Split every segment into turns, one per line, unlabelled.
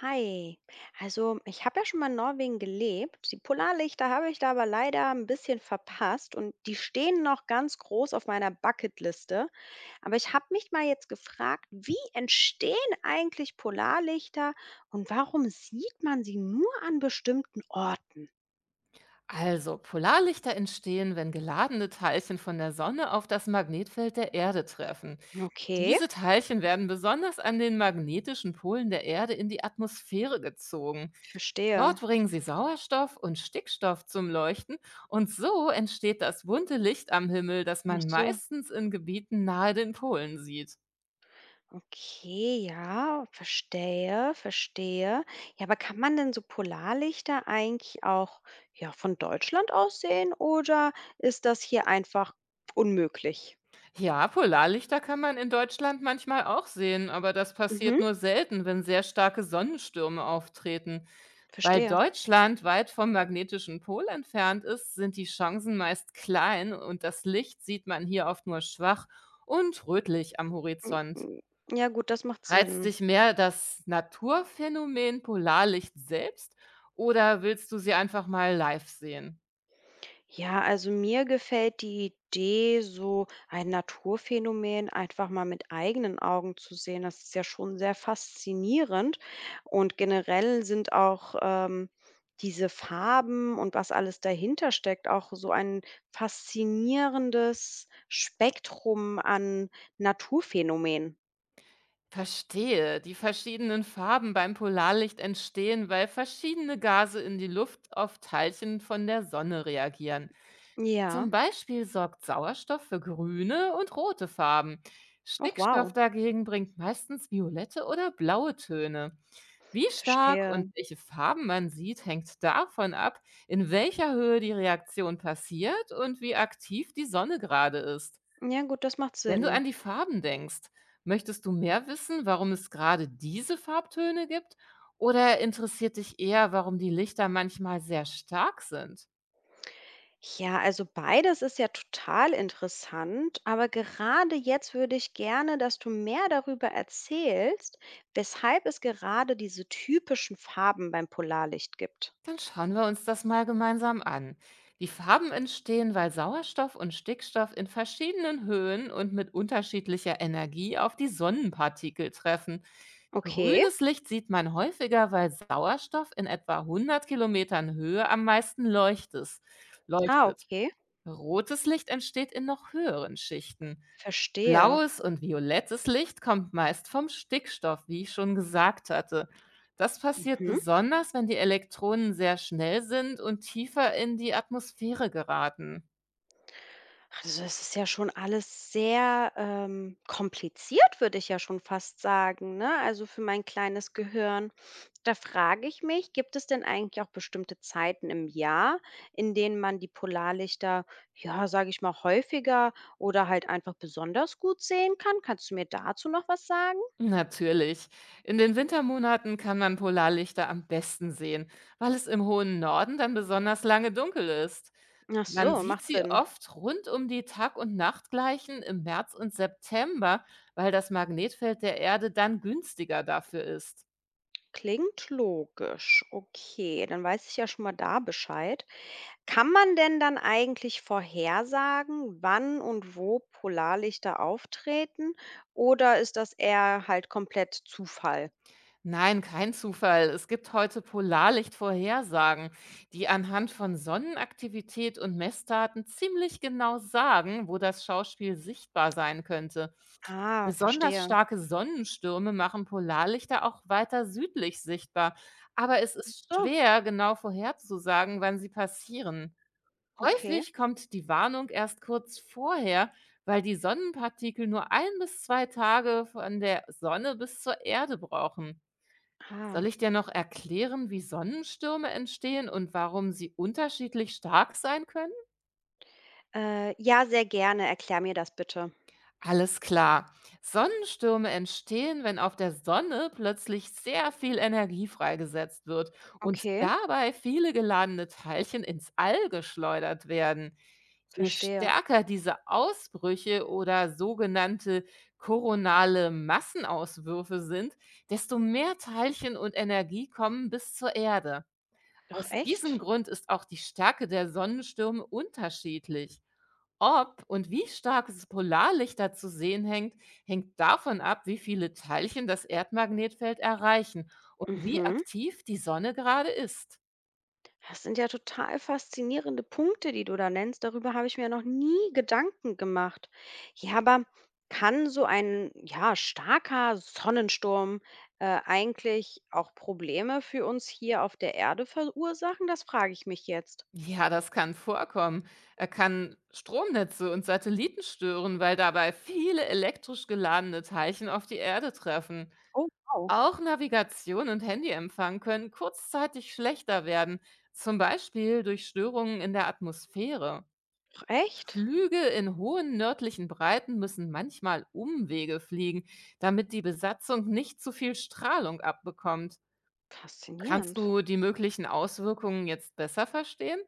Hi. Also, ich habe ja schon mal in Norwegen gelebt. Die Polarlichter habe ich da aber leider ein bisschen verpasst und die stehen noch ganz groß auf meiner Bucketliste. Aber ich habe mich mal jetzt gefragt, wie entstehen eigentlich Polarlichter und warum sieht man sie nur an bestimmten Orten?
Also, Polarlichter entstehen, wenn geladene Teilchen von der Sonne auf das Magnetfeld der Erde treffen.
Okay,
Diese Teilchen werden besonders an den magnetischen Polen der Erde in die Atmosphäre gezogen.
ich verstehe.
Dort bringen sie Sauerstoff und Stickstoff zum Leuchten und so entsteht das bunte Licht am Himmel, das
Ach
man
so.
meistens in Gebieten nahe den Polen sieht.
Okay, ja, verstehe, verstehe. Ja, aber kann man denn so Polarlichter eigentlich auch, ja, von Deutschland aus sehen oder ist das hier einfach unmöglich?
Ja, Polarlichter kann man in Deutschland manchmal auch sehen, aber das passiert
Mhm,
nur selten, wenn sehr starke Sonnenstürme auftreten. Weil
verstehe.
Deutschland weit vom magnetischen Pol entfernt ist, sind die Chancen meist klein und das Licht sieht man hier oft nur schwach und rötlich am Horizont.
Hm, ja gut, das macht
Reizt
Sinn.
dich mehr das Naturphänomen Polarlicht selbst oder willst du sie einfach mal live sehen?
Ja, also mir gefällt die Idee, so ein Naturphänomen einfach mal mit eigenen Augen zu sehen. Das ist ja schon sehr faszinierend. Und generell sind auch diese Farben und was alles dahinter steckt, auch so ein faszinierendes Spektrum an Naturphänomenen.
Verstehe, die verschiedenen Farben beim Polarlicht entstehen, weil verschiedene Gase in die Luft auf Teilchen von der Sonne reagieren.
Ja.
Zum Beispiel sorgt Sauerstoff für grüne und rote Farben.
Oh
Stickstoff
wow,
dagegen bringt meistens violette oder blaue Töne. Wie stark
verstehe.
und welche Farben man sieht, hängt davon ab, in welcher Höhe die Reaktion passiert und wie aktiv die Sonne gerade ist.
Ja gut, das macht
Wenn du
Sinn.
an die Farben denkst, möchtest du mehr wissen, warum es gerade diese Farbtöne gibt? Oder interessiert dich eher, warum die Lichter manchmal sehr stark sind?
Ja, also beides ist ja total interessant, aber gerade jetzt würde ich gerne, dass du mehr darüber erzählst, weshalb es gerade diese typischen Farben beim Polarlicht gibt.
Dann schauen wir uns das mal gemeinsam an. Die Farben entstehen, weil Sauerstoff und Stickstoff in verschiedenen Höhen und mit unterschiedlicher Energie auf die Sonnenpartikel treffen.
Okay.
Grünes Licht sieht man häufiger, weil Sauerstoff in etwa 100 Kilometern Höhe am meisten leuchtet.
Ah,
leuchtet.
okay.
Rotes Licht entsteht in noch höheren Schichten.
Verstehe.
Blaues und violettes Licht kommt meist vom Stickstoff, wie ich schon gesagt hatte. Das passiert
Mhm.
besonders, wenn die Elektronen sehr schnell sind und tiefer in die Atmosphäre geraten.
Also, es ist ja schon alles sehr, kompliziert, würde ich ja schon fast sagen, ne? Also, für mein kleines Gehirn. Da frage ich mich, gibt es denn eigentlich auch bestimmte Zeiten im Jahr, in denen man die Polarlichter, ja, sage ich mal, häufiger oder halt einfach besonders gut sehen kann? Kannst du mir dazu noch was sagen?
Natürlich. In den Wintermonaten kann man Polarlichter am besten sehen, weil es im hohen Norden dann besonders lange dunkel ist.
Ach
Man
so,
sieht
macht
sie
Sinn.
oft rund um die Tag- und Nachtgleichen im März und September, weil das Magnetfeld der Erde dann günstiger dafür ist.
Klingt logisch. Okay, dann weiß ich ja schon mal da Bescheid. Kann man denn dann eigentlich vorhersagen, wann und wo Polarlichter auftreten oder ist das eher halt komplett Zufall?
Nein, kein Zufall. Es gibt heute Polarlichtvorhersagen, die anhand von Sonnenaktivität und Messdaten ziemlich genau sagen, wo das Schauspiel sichtbar sein könnte.
Ah,
Besonders
verstehe.
starke Sonnenstürme machen Polarlichter auch weiter südlich sichtbar, aber es
Ach
ist
so,
schwer, genau vorherzusagen, wann sie passieren.
okay.
Häufig kommt die Warnung erst kurz vorher, weil die Sonnenpartikel nur ein bis zwei Tage von der Sonne bis zur Erde brauchen.
Ah.
Soll ich dir noch erklären, wie Sonnenstürme entstehen und warum sie unterschiedlich stark sein können?
Ja, sehr gerne. Erklär mir das bitte.
Alles klar. Sonnenstürme entstehen, wenn auf der Sonne plötzlich sehr viel Energie freigesetzt wird und
Okay,
dabei viele geladene Teilchen ins All geschleudert werden. Je
verstehe.
stärker diese Ausbrüche oder sogenannte koronale Massenauswürfe sind, desto mehr Teilchen und Energie kommen bis zur Erde.
Ach
Aus diesem
echt?
Grund ist auch die Stärke der Sonnenstürme unterschiedlich. Ob und wie stark das Polarlicht da zu sehen hängt, hängt davon ab, wie viele Teilchen das Erdmagnetfeld erreichen und wie
Mhm.
aktiv die Sonne gerade ist.
Das sind ja total faszinierende Punkte, die du da nennst. Darüber habe ich mir noch nie Gedanken gemacht. Ja, aber kann so ein ja, starker Sonnensturm eigentlich auch Probleme für uns hier auf der Erde verursachen? Das frage ich mich jetzt.
Ja, das kann vorkommen. Er kann Stromnetze und Satelliten stören, weil dabei viele elektrisch geladene Teilchen auf die Erde treffen.
Oh, wow.
Auch Navigation und Handyempfang können kurzzeitig schlechter werden, zum Beispiel durch Störungen in der Atmosphäre.
Ach, echt?
Flüge in hohen nördlichen Breiten müssen manchmal Umwege fliegen, damit die Besatzung nicht zu viel Strahlung abbekommt. Kannst
Faszinierend.
du die möglichen Auswirkungen jetzt besser verstehen?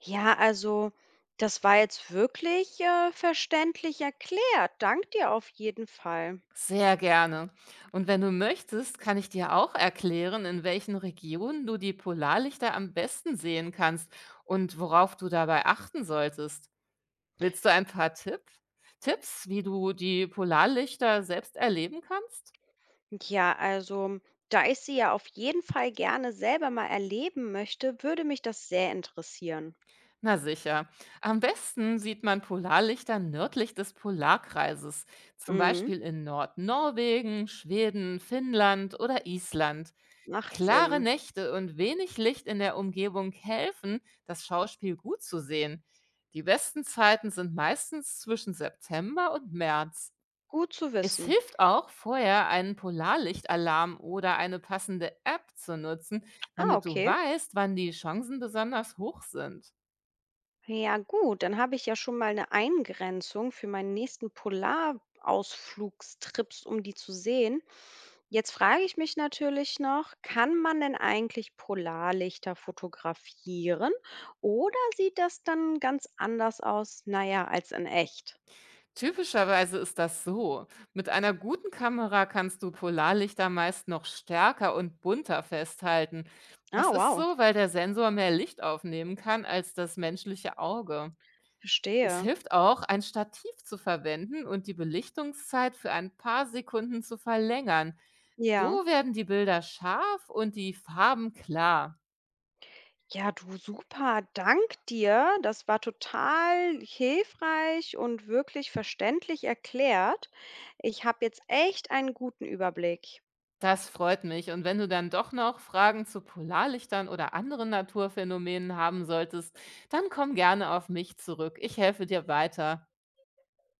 Ja, also das war jetzt wirklich verständlich erklärt. Dank dir auf jeden Fall.
Sehr gerne. Und wenn du möchtest, kann ich dir auch erklären, in welchen Regionen du die Polarlichter am besten sehen kannst und worauf du dabei achten solltest. Willst du ein paar Tipps, wie du die Polarlichter selbst erleben kannst?
Ja, also da ich sie ja auf jeden Fall gerne selber mal erleben möchte, würde mich das sehr interessieren.
Na sicher. Am besten sieht man Polarlichter nördlich des Polarkreises, zum
Mhm.
Beispiel in Nordnorwegen, Schweden, Finnland oder Island.
Macht
Klare
Sinn.
Nächte und wenig Licht in der Umgebung helfen, das Schauspiel gut zu sehen. Die besten Zeiten sind meistens zwischen September und März.
Gut zu
Es
wissen.
hilft auch, vorher einen Polarlichtalarm oder eine passende App zu nutzen,
Ah,
damit du
okay.
weißt, wann die Chancen besonders hoch sind.
Ja, gut, dann habe ich ja schon mal eine Eingrenzung für meinen nächsten Polarausflugstrips, um die zu sehen. Jetzt frage ich mich natürlich noch, kann man denn eigentlich Polarlichter fotografieren oder sieht das dann ganz anders aus, naja, als in echt?
Typischerweise ist das so. Mit einer guten Kamera kannst du Polarlichter meist noch stärker und bunter festhalten.
Ah,
Das ist
wow.
so, weil der Sensor mehr Licht aufnehmen kann als das menschliche Auge. Es
Verstehe.
hilft auch, ein Stativ zu verwenden und die Belichtungszeit für ein paar Sekunden zu verlängern.
Ja.
So werden die Bilder scharf und die Farben klar.
Ja, du super. Dank dir. Das war total hilfreich und wirklich verständlich erklärt. Ich habe jetzt echt einen guten Überblick.
Das freut mich. Und wenn du dann doch noch Fragen zu Polarlichtern oder anderen Naturphänomenen haben solltest, dann komm gerne auf mich zurück. Ich helfe dir weiter.